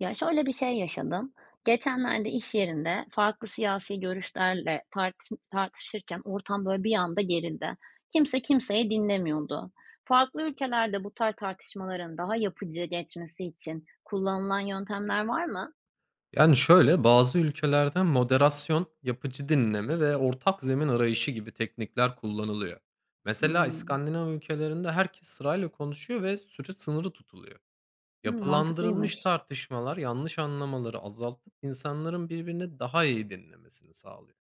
Ya, şöyle bir şey yaşadım. Geçenlerde iş yerinde farklı siyasi görüşlerle tartışırken ortam böyle bir anda gerildi. Kimse kimseyi dinlemiyordu. Farklı ülkelerde bu tarz tartışmaların daha yapıcı geçmesi için kullanılan yöntemler var mı? Yani, şöyle, bazı ülkelerde moderasyon, yapıcı dinleme ve ortak zemin arayışı gibi teknikler kullanılıyor. Mesela Hımm. İskandinav ülkelerinde herkes sırayla konuşuyor ve süre sınırı tutuluyor. Hımm, Yapılandırılmış mantıklıymış. tartışmalar yanlış anlamaları azaltıp insanların birbirini daha iyi dinlemesini sağlıyor.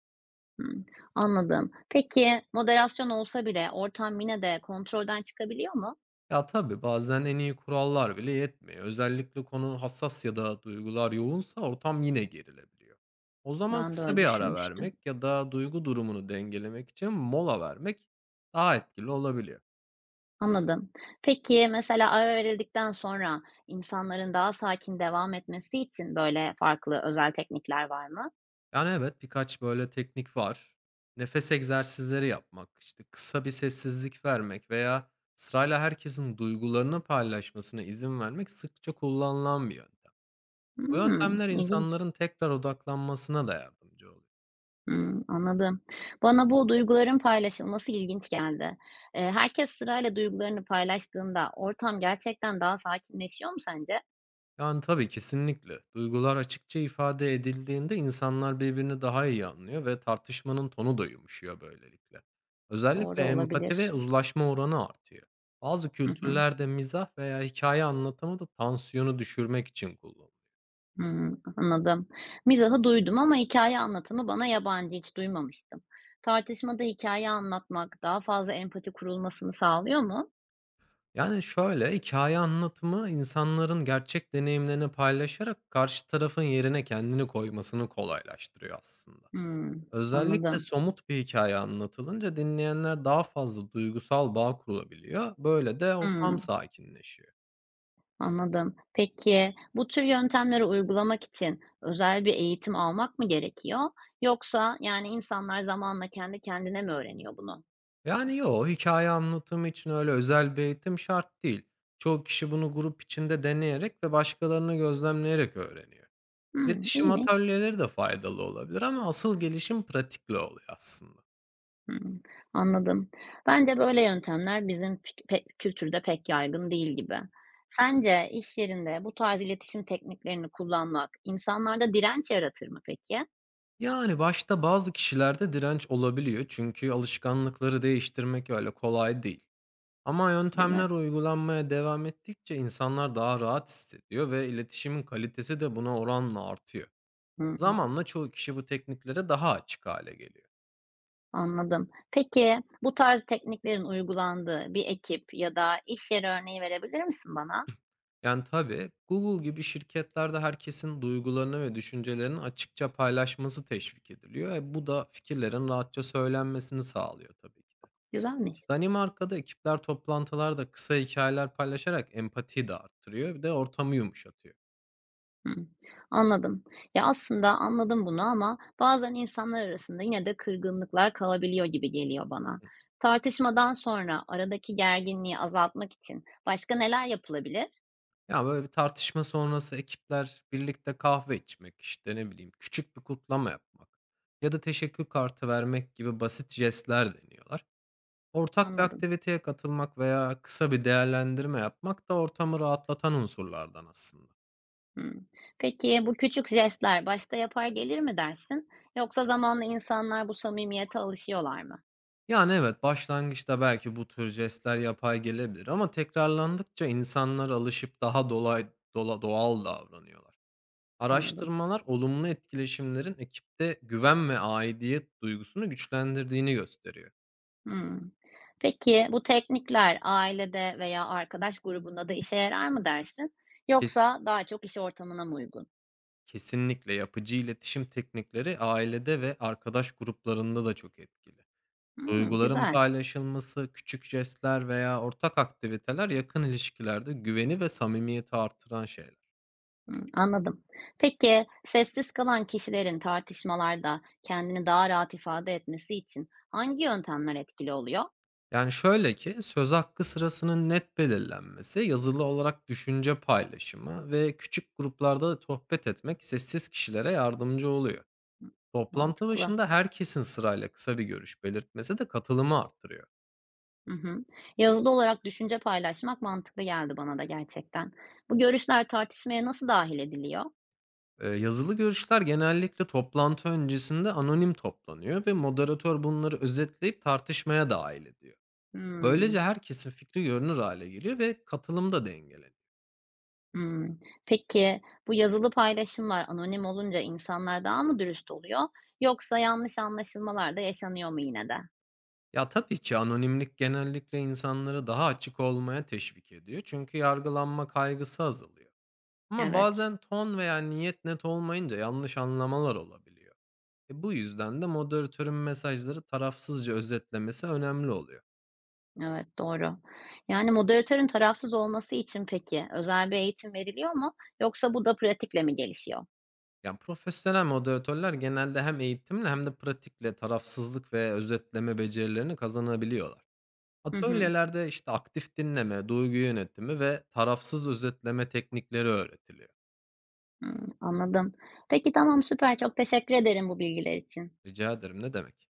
Hımm, anladım. Peki, moderasyon olsa bile ortam yine de kontrolden çıkabiliyor mu? Ya, tabii, bazen en iyi kurallar bile yetmiyor. Özellikle konu hassas ya da duygular yoğunsa ortam yine gerilebiliyor. O zaman Ben de kısa öyle bir ara düşünmüştüm. vermek ya da duygu durumunu dengelemek için mola vermek daha etkili olabiliyor. Anladım. Peki, mesela ara verildikten sonra insanların daha sakin devam etmesi için, böyle, farklı özel teknikler var mı? Yani, evet, birkaç böyle teknik var. Nefes egzersizleri yapmak, işte, kısa bir sessizlik vermek veya sırayla herkesin duygularını paylaşmasına izin vermek sıkça kullanılan bir yöntem. Bu Hımm, yöntemler ilginç. insanların tekrar odaklanmasına da yardımcı oluyor. Hımm, anladım. Bana bu duyguların paylaşılması ilginç geldi. Herkes sırayla duygularını paylaştığında ortam gerçekten daha sakinleşiyor mu sence? Yani, tabii, kesinlikle. Duygular açıkça ifade edildiğinde insanlar birbirini daha iyi anlıyor ve tartışmanın tonu da yumuşuyor böylelikle. Özellikle Doğru empati olabilir. ve uzlaşma oranı artıyor. Bazı Hı hı. kültürlerde mizah veya hikaye anlatımı da tansiyonu düşürmek için kullanılıyor. Hımm, anladım. Mizahı duydum ama hikaye anlatımı bana yabancı, hiç duymamıştım. Tartışmada hikaye anlatmak daha fazla empati kurulmasını sağlıyor mu? Yani, şöyle, hikaye anlatımı insanların gerçek deneyimlerini paylaşarak karşı tarafın yerine kendini koymasını kolaylaştırıyor aslında. Hımm, Özellikle anladım. somut bir hikaye anlatılınca dinleyenler daha fazla duygusal bağ kurulabiliyor. Böyle de ortam Hımm, sakinleşiyor. anladım. Peki, bu tür yöntemleri uygulamak için özel bir eğitim almak mı gerekiyor? Yoksa, yani, insanlar zamanla kendi kendine mi öğreniyor bunu? Yani yo, hikaye anlatımı için öyle özel bir eğitim şart değil. Çoğu kişi bunu grup içinde deneyerek ve başkalarını gözlemleyerek öğreniyor. Hımm, İletişim iyiymiş. atölyeleri de faydalı olabilir ama asıl gelişim pratikle oluyor aslında. Hımm, anladım. Bence böyle yöntemler bizim pik pe kültürde pek yaygın değil gibi. Sence iş yerinde bu tarz iletişim tekniklerini kullanmak insanlarda direnç yaratır mı peki? Yani başta bazı kişilerde direnç olabiliyor çünkü alışkanlıkları değiştirmek öyle kolay değil. Ama Değil mi? yöntemler uygulanmaya devam ettikçe insanlar daha rahat hissediyor ve iletişimin kalitesi de buna oranla artıyor. Hı hı, Zamanla çoğu kişi bu tekniklere daha açık hale geliyor. anladım. Peki bu tarz tekniklerin uygulandığı bir ekip ya da iş yeri örneği verebilir misin bana? Yani tabii Google gibi şirketlerde herkesin duygularını ve düşüncelerini açıkça paylaşması teşvik ediliyor. E bu da fikirlerin rahatça söylenmesini sağlıyor tabii ki de. Güzelmiş. Danimarka'da ekipler toplantılarda kısa hikayeler paylaşarak empatiyi de arttırıyor ve de ortamı yumuşatıyor. Hımm. Anladım. Ya, aslında anladım bunu ama bazen insanlar arasında yine de kırgınlıklar kalabiliyor gibi geliyor bana. Tartışmadan sonra aradaki gerginliği azaltmak için başka neler yapılabilir? Ya, böyle bir tartışma sonrası ekipler birlikte kahve içmek, işte, ne bileyim, küçük bir kutlama yapmak ya da teşekkür kartı vermek gibi basit jestler deniyorlar. Ortak bir Anladım. aktiviteye katılmak veya kısa bir değerlendirme yapmak da ortamı rahatlatan unsurlardan aslında. Hımm. Peki bu küçük jestler başta yapar gelir mi dersin yoksa zamanla insanlar bu samimiyete alışıyorlar mı? Yani evet, başlangıçta belki bu tür jestler yapay gelebilir ama tekrarlandıkça insanlar alışıp daha dolay dola doğal davranıyorlar. Anladım. Araştırmalar olumlu etkileşimlerin ekipte güven ve aidiyet duygusunu güçlendirdiğini gösteriyor. Hımm. Peki bu teknikler ailede veya arkadaş grubunda da işe yarar mı dersin Kes- yoksa daha çok iş ortamına mı uygun? Kesinlikle yapıcı iletişim teknikleri ailede ve arkadaş gruplarında da çok etkili. Hımm, Duyguların güzel. paylaşılması, küçük jestler veya ortak aktiviteler yakın ilişkilerde güveni ve samimiyeti artıran şeyler. Hımm, anladım. Peki, sessiz kalan kişilerin tartışmalarda kendini daha rahat ifade etmesi için hangi yöntemler etkili oluyor? Yani şöyle ki söz hakkı sırasının net belirlenmesi, yazılı olarak düşünce paylaşımı ve küçük gruplarda sohbet etmek sessiz kişilere yardımcı oluyor. Hı, Toplantı mantıklı. başında herkesin sırayla kısa bir görüş belirtmesi de katılımı arttırıyor. Hı hı. Yazılı olarak düşünce paylaşmak mantıklı geldi bana da gerçekten. Bu görüşler tartışmaya nasıl dahil ediliyor? Yazılı görüşler genellikle toplantı öncesinde anonim toplanıyor ve moderatör bunları özetleyip tartışmaya dahil ediyor. Böylece Hımm. herkesin fikri görünür hale geliyor ve katılım da dengeleniyor. Hımm. Peki, bu yazılı paylaşımlar anonim olunca insanlar daha mı dürüst oluyor yoksa yanlış anlaşılmalar da yaşanıyor mu yine de? Ya tabii ki anonimlik genellikle insanları daha açık olmaya teşvik ediyor çünkü yargılanma kaygısı azalıyor. Ama Evet. bazen ton veya niyet net olmayınca yanlış anlamalar olabiliyor. Bu yüzden de moderatörün mesajları tarafsızca özetlemesi önemli oluyor. Evet, doğru. Yani moderatörün tarafsız olması için peki özel bir eğitim veriliyor mu yoksa bu da pratikle mi gelişiyor? Yani profesyonel moderatörler genelde hem eğitimle hem de pratikle tarafsızlık ve özetleme becerilerini kazanabiliyorlar. Hı hı. Atölyelerde işte aktif dinleme, duygu yönetimi ve tarafsız özetleme teknikleri öğretiliyor. Hımm, anladım. Peki, tamam, süper. Çok teşekkür ederim bu bilgiler için. Rica ederim, ne demek?